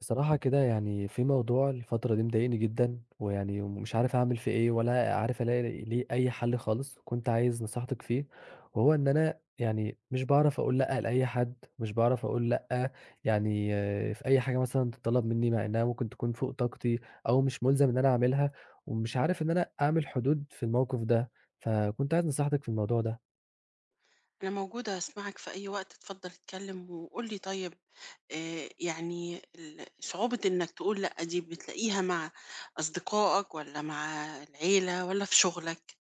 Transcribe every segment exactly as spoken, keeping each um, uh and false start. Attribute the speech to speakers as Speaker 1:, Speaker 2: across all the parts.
Speaker 1: بصراحة كده يعني في موضوع الفترة دي مضايقني جدًا، ويعني ومش عارف أعمل فيه إيه، ولا عارف ألاقي ليه أي حل خالص، وكنت عايز نصيحتِك فيه، وهو إن أنا يعني مش باعرف أقول لأ لأي حد، مش باعرف أقول لأ يعني آه، في أي حاجة مثلًا تتطلب مني، مع إنها ممكن تكون فوق طاقتي، أو مش ملزم إن أنا أعملها، ومش عارف إن أنا أعمل حدود في الموقف ده، فكنت عايز نصيحتِك في الموضوع ده.
Speaker 2: أنا موجودة أسمعك في أي وقت، اتفضل اتكلم وقول لي. طيب آه، يعني ال- صعوبة إنك تقول لأ دي بتلاقيها مع أصدقائك، ولا مع العيلة، ولا في شغلك؟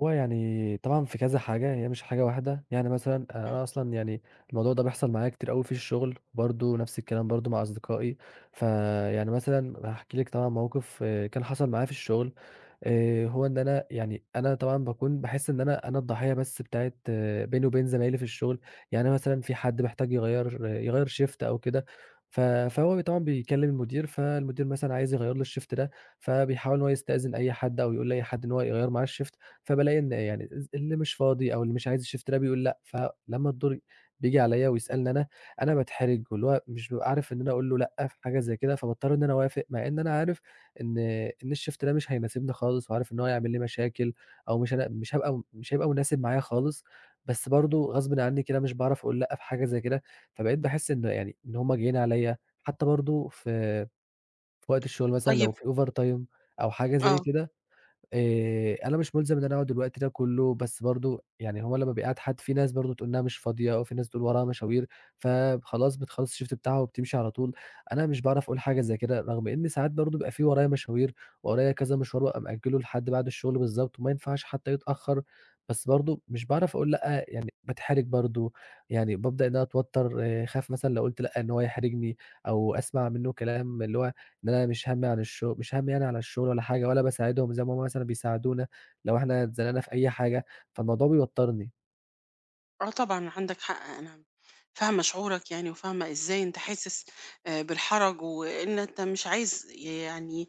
Speaker 1: هو يعني طبعًا في كذا حاجة، هي مش حاجة واحدة، يعني مثلًا آه،
Speaker 2: مم.
Speaker 1: أنا أصلًا يعني الموضوع ده بيحصل معايا كتير أوي في الشغل، برضه نفس الكلام برضه مع أصدقائي، فيعني مثلًا هاحكي لِك طبعًا موقف آه، كان حصل معايا في الشغل. آآ هو إن أنا يعني أنا طبعًا باكون باحس إن أنا أنا الضحية بس بتاعة آه، بيني وبين زمايلي في الشغل. يعني أنا مثلًا في حد محتاج يغيّر آه، يغيّر shift أو كده، ف فهو طبعًا بيكلّم المدير، فالمدير مثلًا عايز يغيّر له الshift ده، فبيحاول إن هو يستأذن أي حد أو يقول لأي حد إن هو يغيّر معاه الshift، فبالاقي إن يعني الز اللي مش فاضي أو اللي مش عايز الshift ده بيقول لأ، فلمّا الدور بييجي عليّا ويسألني أنا، أنا باتحرج واللي هو مش بابقى عارف إن أنا أقول له لأ في حاجة زي كده، فباضطر إن أنا أوافق، مع إن أنا عارف إن إن الشيفت ده مش هيناسبني خالص، وعارف إن هو هيعمل لي مشاكل، أو مش هن مش هابقى مش هيبقى مناسب معايا خالص، بس برضه غصبٍ عني كده مش باعرف أقول لأ في حاجة زي كده، فبقيت باحس إن يعني إن هم جايين عليَّ، حتى برضه في في وقت الشغل مثلًا
Speaker 2: طيب.
Speaker 1: لو في overtime أو حاجة
Speaker 2: آه
Speaker 1: زي كده. آآ أنا مش مُلزم إن أنا أقعد الوقت ده كُلّه، بس برضه يعني هو لمّا بيقعد حد في ناس برضه تقول إنها مش فاضية أو في ناس تقول وراها مشاوير، فخلاص بتخلّص الشيفت بتاعها وبتمشي على طول، أنا مش باعرف أقول حاجة زي كده، رغم إن ساعات برضه بيبقى في ورايا مشاوير، ورايا كذا مشوار وأبقى مأجّله لحد بعد الشغل بالضبط وما ينفعش حتى يتأخّر، بس برضه مش باعرف أقول لأ، يعني باتحرج برضه، يعني بابدأ إن أنا أتوتّر، خايف مثلًا لو قُلت لأ إن هو يحرجني أو أسمع منّه كلام اللي هو إن أنا مش هَمّي عن الشغل، مش هَمّي يعني على الشغل ولا حاجة، ولا باساعدهم زي ما هُم مثلًا بيساعدونا لو إحنا اتزنقنا في أي حاجة، فالموضوع بيوتّرني.
Speaker 2: آه طبعًا عندك حق. أنا فاهمة شعورك، يعني وفاهمة إزاي أنت حاسس آآ بالحرج، وإن أنت مش عايز يعني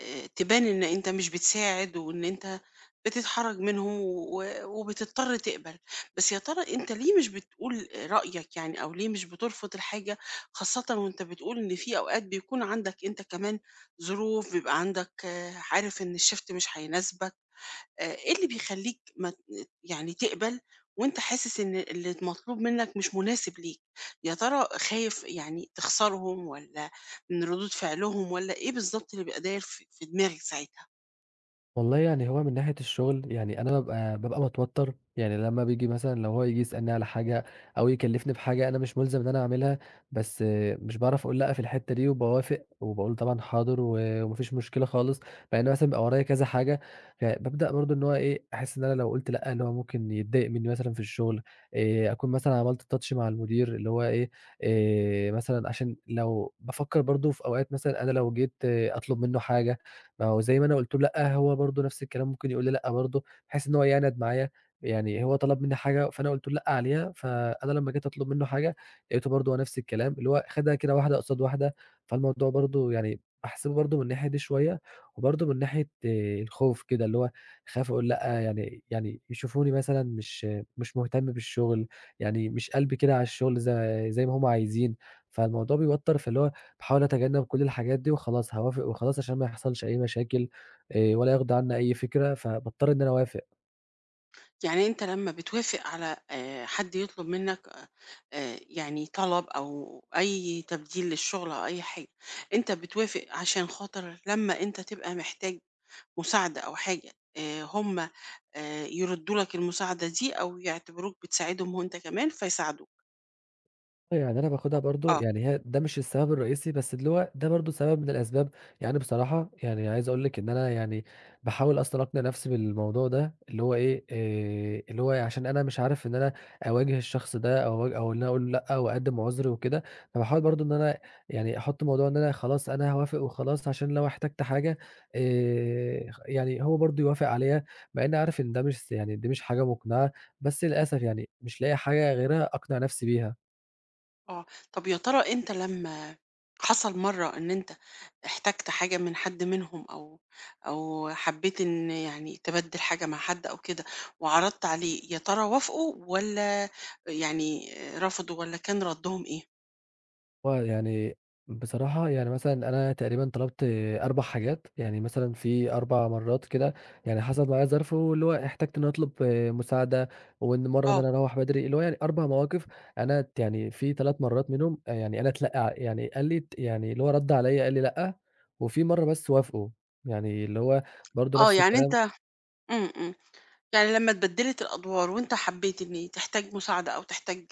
Speaker 2: آآ تبان إن أنت مش بتساعد، وإن أنت بتتحرج منهم و وبتضطر تقبل. بس يا ترى أنت ليه مش بتقول رأيك يعني، أو ليه مش بترفض الحاجة، خاصةً وأنت بتقول إن في أوقات بيكون عندك أنت كمان ظروف، بيبقى عندك، آه، عارف إن الشيفت مش هيناسبك. آآ، إيه اللي بيخلّيك ما ت يعني تقبل وأنت حاسس إن اللي مطلوب منك مش مناسب ليك؟ يا ترى خايف يعني تخسرهم، والّا من ردود فعلهم، والّا إيه بالضبط اللي بيبقى داير في في دماغك ساعتها؟
Speaker 1: والله يعني هو من ناحية الشغل يعني أنا بابقى بابقى متوتر، يعني لما بيجي مثلًا لو هو ييجي يسألني على حاجة أو يكلّفني بحاجة أنا مش ملزم إن أنا أعملها، بس آه، مش باعرف أقول لأ في الحتّة دي، وباوافق وباقول طبعًا حاضر و وما فيش مشكلة خالص، مع إن مثلًا بيبقى ورايا كذا حاجة. فبابدأ برضه إن هو إيه، أحس إن أنا لو قُلت لأ اللي هو ممكن يتضايق منّي مثلًا في الشغل، آآ أكون مثلًا عملت touch مع المدير اللي هو إيه. آآ مثلًا عشان لو بافكّر برضه في أوقات مثلًا أنا لو جيت آه، أطلب منّه حاجة، ما هو زي ما أنا قُلت له لأ، هو برضه نفس الكلام ممكن يقول لي لأ برضه، بحيث إن هو يعند معايا. يعني هو طلب منّي حاجة فأنا قُلت له لأ عليها، فأنا لمّا جيت أطلب منّه حاجة لقيته برضه هو نفس الكلام، اللي هو خدها كده واحدة قصاد واحدة، فالموضوع برضه يعني باحسبه برضه من الناحية دي شوية، وبرضه من ناحية آه، الخوف كده اللي هو خايف أقول لأ يعني يعني يشوفوني مثلًا مش مش مهتم بالشغل، يعني مش قلبي كده على الشغل زي زي ما هُم عايزين، فالموضوع بيوتّر، فاللي هو باحاول أتجنب كل الحاجات دي وخلاص هاوافق وخلاص عشان ما يحصلش أي مشاكل، آآ ولا يغضي عنّي أي فكرة، فباضطر إن أنا أوافق.
Speaker 2: يعني أنت لمّا بتوافق على آآ، حد يطلب منك، آآ، آآ، يعني طلب أو أي تبديل للشغل أو أي حاجة، أنت بتوافق عشان خاطر لمّا أنت تبقى محتاج مساعدة أو حاجة، آآ هم آآ يردّوا لك المساعدة دي أو يعتبروك بتساعدهم وأنت كمان فيساعدوك.
Speaker 1: آه، يعني أنا باخدها برضه
Speaker 2: آه،
Speaker 1: يعني هي ده مش السبب الرئيسي، بس اللي هو ده برضه سبب من الأسباب. يعني بصراحة يعني عايز أقول لِك إن أنا يعني باحاول أصلًا أقنع نفسي بالموضوع ده، اللي هو إيه، آآ اللي هو عشان أنا مش عارف إن أنا أواجه الشخص ده أو أواج أو إن أنا أقول له لأ وأقدّم عُذر وكده. فباحاول برضه إن أنا يعني أحُط موضوع إن أنا خلاص أنا هاوافق وخلاص عشان لو احتجت حاجة آآ خ يعني هو برضه يوافق عليها، مع إنّي عارف إن ده مش س يعني دي مش حاجة مقنعة، بس للأسف يعني مش لاقي حاجة غيرها أقنع نفسي بيها.
Speaker 2: آه. طَب يا ترى أنت لمّا حصل مرّة إن أنت احتجت حاجة من حد منهم، أو أو حبّيت إن يعني تبدّل حاجة مع حد أو كده وعرضت عليه، يا ترى وافقوا والّا يعني رفضوا، والّا كان ردّهم إيه؟
Speaker 1: هو يعني بصراحة يعني مثلًا أنا تقريبًا طلبت أربع حاجات، يعني مثلًا في أربع مرات كده، يعني حصل معايا ظرف واللي هو احتجت إني أطلب مساعدة، وإن مرة إن
Speaker 2: آه،
Speaker 1: أنا أروّح بدري، اللي هو يعني أربع مواقف. أنا ت يعني في ثلاث مرات منهم يعني أنا اتلق يعني قال لي ت يعني اللي هو رَد عليَّ قال لي لأ، وفي مرة بس وافقوا، يعني اللي هو برضه
Speaker 2: آه.
Speaker 1: نفس
Speaker 2: يعني أنت،
Speaker 1: الكلام.
Speaker 2: إمم، إمم. يعني لمّا اتبدّلت الأدوار وأنت حبّيت إن تحتاج مساعدة أو تحتاج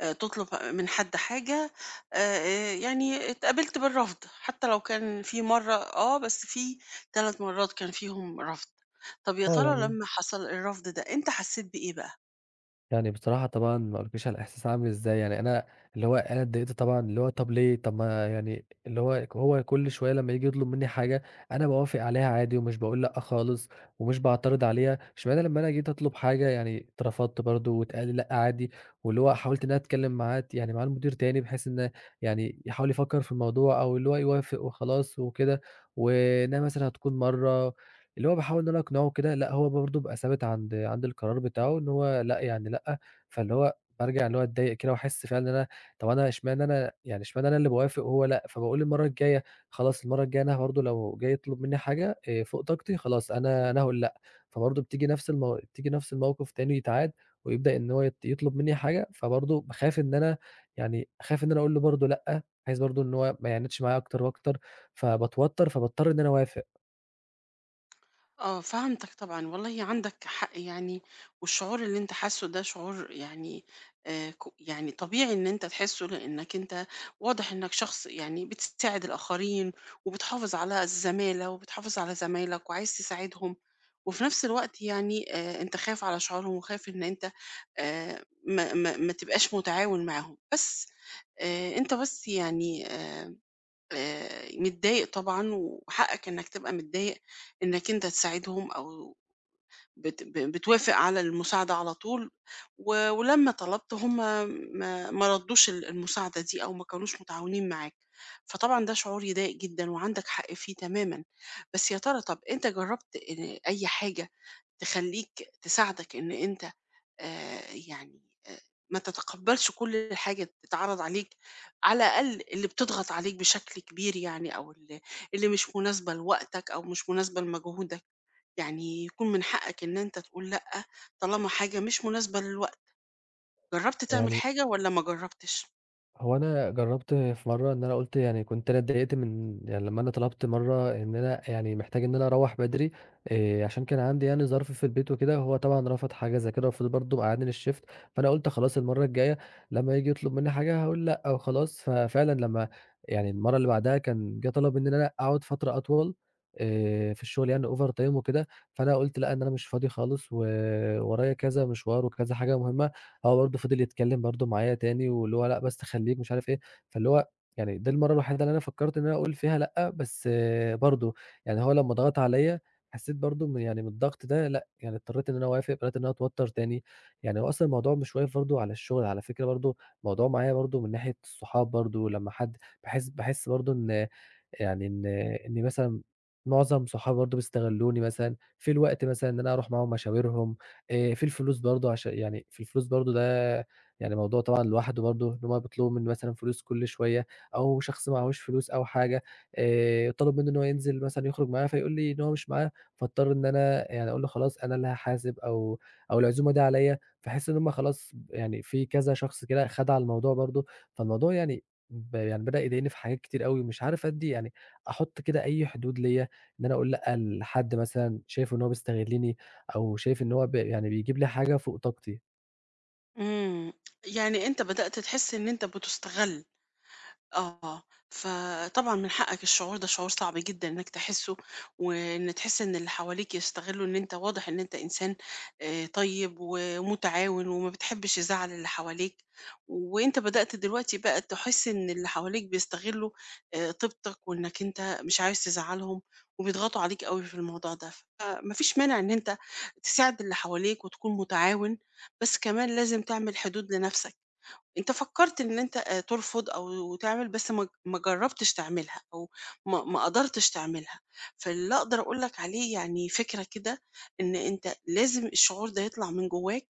Speaker 2: آآ تطلب من حد حاجة، آآ يعني اتقابلت بالرفض، حتى لو كان في مرّة آه، بس في ثلاث مرّات كان فيهم رفض. طَب يا
Speaker 1: آه
Speaker 2: ترى
Speaker 1: يعني
Speaker 2: لمّا حصل الرفض ده، أنت حسّيت بإيه بقى؟
Speaker 1: يعني بصراحة طبعًا ما أقولكيش على الإحساس عامل إزاي، يعني أنا اللي هو أنا اتضايقت طبعًا، اللي هو طَب ليه؟ طَب ما يعني اللي هو هو كل شوية لمّا ييجي يطلب منّي حاجة أنا باوافق عليها عادي، ومش باقول لأ خالص ومش باعترض عليها، اشمعنى لمّا أنا جيت أطلب حاجة يعني اترفضت برضه واتقال لي لأ عادي. واللي هو حاولت إن أنا أتكلّم معاه ت يعني مع المدير تاني، بحيث إن يعني يحاول يفكّر في الموضوع أو اللي هو يوافق وخلاص وكده، وإنها مثلًا هتكون مرّة، اللي هو باحاول إن أنا أقنعه كده، لأ هو برضه بيبقى ثابت عند عند القرار بتاعه إن هو لأ يعني لأ. فاللي هو بارجع اللي هو أتضايق كده وأحس فعلًا إن أنا، طب أنا إشمعنى أنا يعني إشمعنى أنا اللي باوافق وهو لأ، فباقول المرّة الجاية خلاص المرّة الجاية أنا برضه لو جاي يطلب منّي حاجة آآ فوق طاقتي خلاص أنا أنا هاقول لأ. فبرضه بتيجي نفس المو بتيجي نفس الموقف تاني يتعاد، ويبدأ إن هو يط يطلب منّي حاجة، فبرضه باخاف إن أنا يعني أخاف إن أنا أقول له برضه لأ، بحيث برضه إن هو ما يعاندش معايا أكتر وأكتر، فباتوتر فباضطر إن أنا أوافق.
Speaker 2: آه، فهمتك طبعًا، والله عندك حق يعني. والشعور اللي أنت حاسّه ده شعور يعني آآ، ك يعني طبيعي إن أنت تحسّه، لإنّك أنت واضح إنّك شخص يعني بتساعد الآخرين، وبتحافظ على الزمالة، وبتحافظ على زمايلك، وعايز تساعدهم، وفي نفس الوقت يعني، آآ، أنت خايف على شعورهم، وخايف إن أنت آآ، ما ما ما تبقاش متعاون معاهم، بس آآ، أنت بس يعني آآ آآ متضايق طبعًا وحقك إنّك تبقى متضايق إنّك أنت تساعدهم، أو بت ب بتوافق على المساعدة على طول، و ولمّا طلبت هم ما ما ردّوش ال المساعدة دي، أو ما كانوش متعاونين معاك. فطبعًا ده شعور يضايق جدًا وعندك حق فيه تمامًا. بس يا ترى، طَب أنت جرّبت آآ أي حاجة تخلّيك تساعدك إن أنت آآ يعني آآ ما تتقبّلش كل حاجة بتتعرض عليك، على الأقل اللي بتضغط عليك بشكل كبير يعني، أو ال اللي مش مناسبة لوقتك أو مش مناسبة لمجهودك. يعني يكون من حقك إن أنت تقول لأ، طالما حاجة مش مناسبة للوقت. جرّبت تعمل
Speaker 1: يعني
Speaker 2: حاجة والّا ما جرّبتش؟
Speaker 1: هو أنا جرّبت في مرّة إن أنا قُلت يعني كنت أنا اتضايقت من يعني لمّا أنا طلبت مرّة إن أنا يعني محتاج إن أنا أروّح بدري، آآ، عشان كان عندي يعني ظرف في البيت وكده، هو طبعًا رفض حاجة زي كده وفضل برضه مقعّدني للshift، فأنا قُلت خلاص المرّة الجاية لمّا ييجي يطلب منّي حاجة هاقول لأ وخلاص. ففعلًا لمّا يعني المرّة اللي بعدها كان جه طلب إن أنا أقعد فترة أطول، آآ، في الشغل يعني overtime وكده، فأنا قُلت لأ، إن أنا مش فاضي خالص وورايا كذا مشوار وكذا حاجة مهمة. هو برضه فضل يتكلّم برضه معايا تاني، واللي هو لأ بس خلّيك مش عارف إيه. فاللي هو يعني دي المَرّة الوحيدة اللي أنا فكّرت إن أنا أقول فيها لأ، بس برضه يعني هو لمّا ضغط عليّا حسّيت برضه من يعني من الضغط ده لأ، يعني اضطريت إن أنا أوافق، بدأت إن أنا أتوتّر تاني. يعني هو أصلًا الموضوع مش واقف برضه على الشغل، على فكرة برضه الموضوع معايا برضه من ناحية الصحاب برضه، لمّا حد باحس باحس برضه إن يعني إن إن مثلًا معظم صحابي برضه بيستغلّوني، مثلًا في الوقت مثلًا إن أنا أروح معاهم مشاويرهم، آآ في الفلوس برضه، عشان يعني في الفلوس برضه ده يعني موضوع طبعًا لوحده برضه، إن هُم بيطلبوا منّي مثلًا فلوس كل شوية أو شخص معاهوش فلوس أو حاجة، آآ طلب منّه إن هو ينزل مثلًا يخرج معايا فيقول لي إن هو مش معاه، فاضطر إن أنا يعني أقول له خلاص أنا اللي هاحاسب أو أو العزومة دي عليّا، فاحس إن هُم خلاص يعني في كذا شخص كده خَد على الموضوع برضه، فالموضوع يعني ب يعني بدأ يضايقني في حاجات كتير أوي، مش عارف أدّي يعني أحُط كده أي حدود ليّا، إن أنا أقول لأ لحد مثلًا شايف إن هو بيستغلّني، أو شايف إن هو ب يعني بيجيب لي حاجة فوق طاقتي.
Speaker 2: إمم، يعني أنت بدأت تحس إن أنت بتُستغل. آه، فطبعًا من حقك. الشعور ده شعور صعب جدًا إنك تحسّه، وإن تحس إن اللي حواليك يستغلّوا، إن أنت واضح إن أنت إنسان آآ طيب ومتعاون وما بتحبّش الزعل اللي حواليك، وأنت بدأت دلوقتي بقى تحس إن اللي حواليك بيستغلّوا آآ طيبتك وإنك أنت مش عايز تزعّلهم، وبيضغطوا عليك أوي في الموضوع ده. فما فيش مانع إن أنت تساعد اللي حواليك وتكون متعاون، بس كمان لازم تعمل حدود لنَفْسك. أنت فكّرت إن أنت آآ ترفض أو تعمل، بس ما ج ما جرّبتش تعملها، أو ما ما قدرتش تعملها. فاللي أقدر أقول لك عليه يعني فكرة كده، إن أنت لازم الشعور ده يطلع من جوّاك.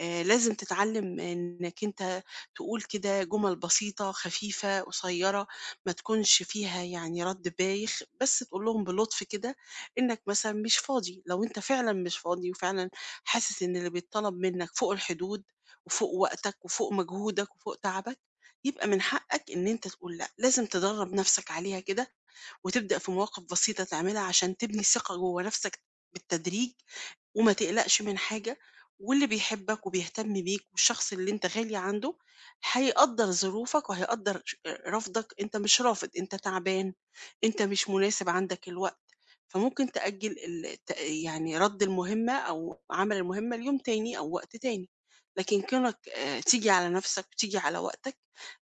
Speaker 2: آآ لازم تتعلّم إنّك أنت تقول كده جُمل بسيطة، خفيفة، قصيّرة، ما تكونش فيها يعني رَد بايخ، بس تقول لهم بلطف كده إنّك مثلًا مش فاضي، لو أنت فعلًا مش فاضي وفعلًا حاسس إن اللي بيتطلب منّك فوق الحدود، وفوق وقتك وفوق مجهودك وفوق تعبك، يبقى من حقك إن أنت تقول لأ. لازم تدرّب نفْسك عليها كده، وتبدأ في مواقف بسيطة تعملها عشان تبني ثقة جوّه نفْسك بالتدريج، وما تقلقش من حاجة. واللي بيحبك وبيهتم بيك والشخص اللي أنت غالي عنده هيقدّر ظروفك وهيقدّر ش رفضك. أنت مش رافض، أنت تعبان، أنت مش مناسب عندك الوقت. فممكن تأجّل ال ت يعني رَد المهمة أو عمل المهمة ليوم تاني أو وقت تاني. لكن كونك آآ تيجي على نَفْسك وتيجي على وقتك،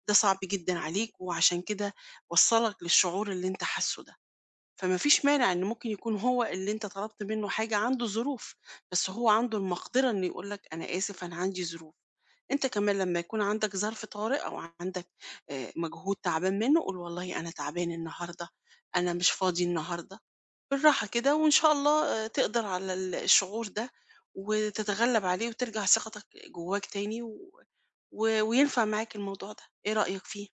Speaker 2: ده صعب جدًا عليك، وعشان كده وصّلك للشعور اللي أنت حاسّه ده. فما فيش مانع إن ممكن يكون هو اللي أنت طلبت منه حاجة عنده ظروف، بس هو عنده المقدرة إنه يقول لك أنا آسف أنا عندي ظروف. أنت كمان لما يكون عندك ظرف طارئ أو عندك آآ مجهود تعبان منه، قُل والله أنا تعبان النهارده، أنا مش فاضي النهارده. بالراحة كده، وإن شاء الله آه، تقدر على ال الشعور ده وتتغلب عليه وترجع ثقتك جواك تاني و و وينفع معاك الموضوع ده. إيه رأيك فيه؟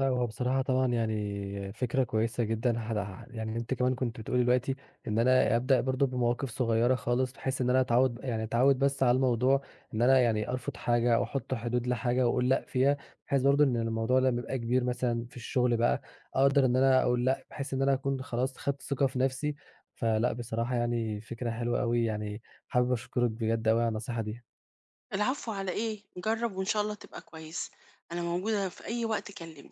Speaker 1: لأ، هو بصراحة طبعًا يعني فكرة كويسة جدًا هد ه يعني أنتِ كمان كنتِ بتقولي دلوقتي إن أنا أبدأ برضه بمواقف صغيرة خالص، بحيث إن أنا أتعوّد يعني أتعوّد بس على الموضوع، إن أنا يعني أرفض حاجة أو أحط حدود لحاجة وأقول لأ فيها، بحيث برضه إن الموضوع لمّا يبقى كبير مثلًا في الشغل بقى، أقدر إن أنا أقول لأ، بحيث إن أنا أكون خلاص خدت ثقة في نفسي. فلأ بصراحة يعني فكرة حلوة أوي، يعني حابب أشكرِك بجد أوي على النصيحة دي.
Speaker 2: العفو على إيه؟ جرب وإن شاء الله تبقى كويس. أنا موجودة في أي وقت كلمني.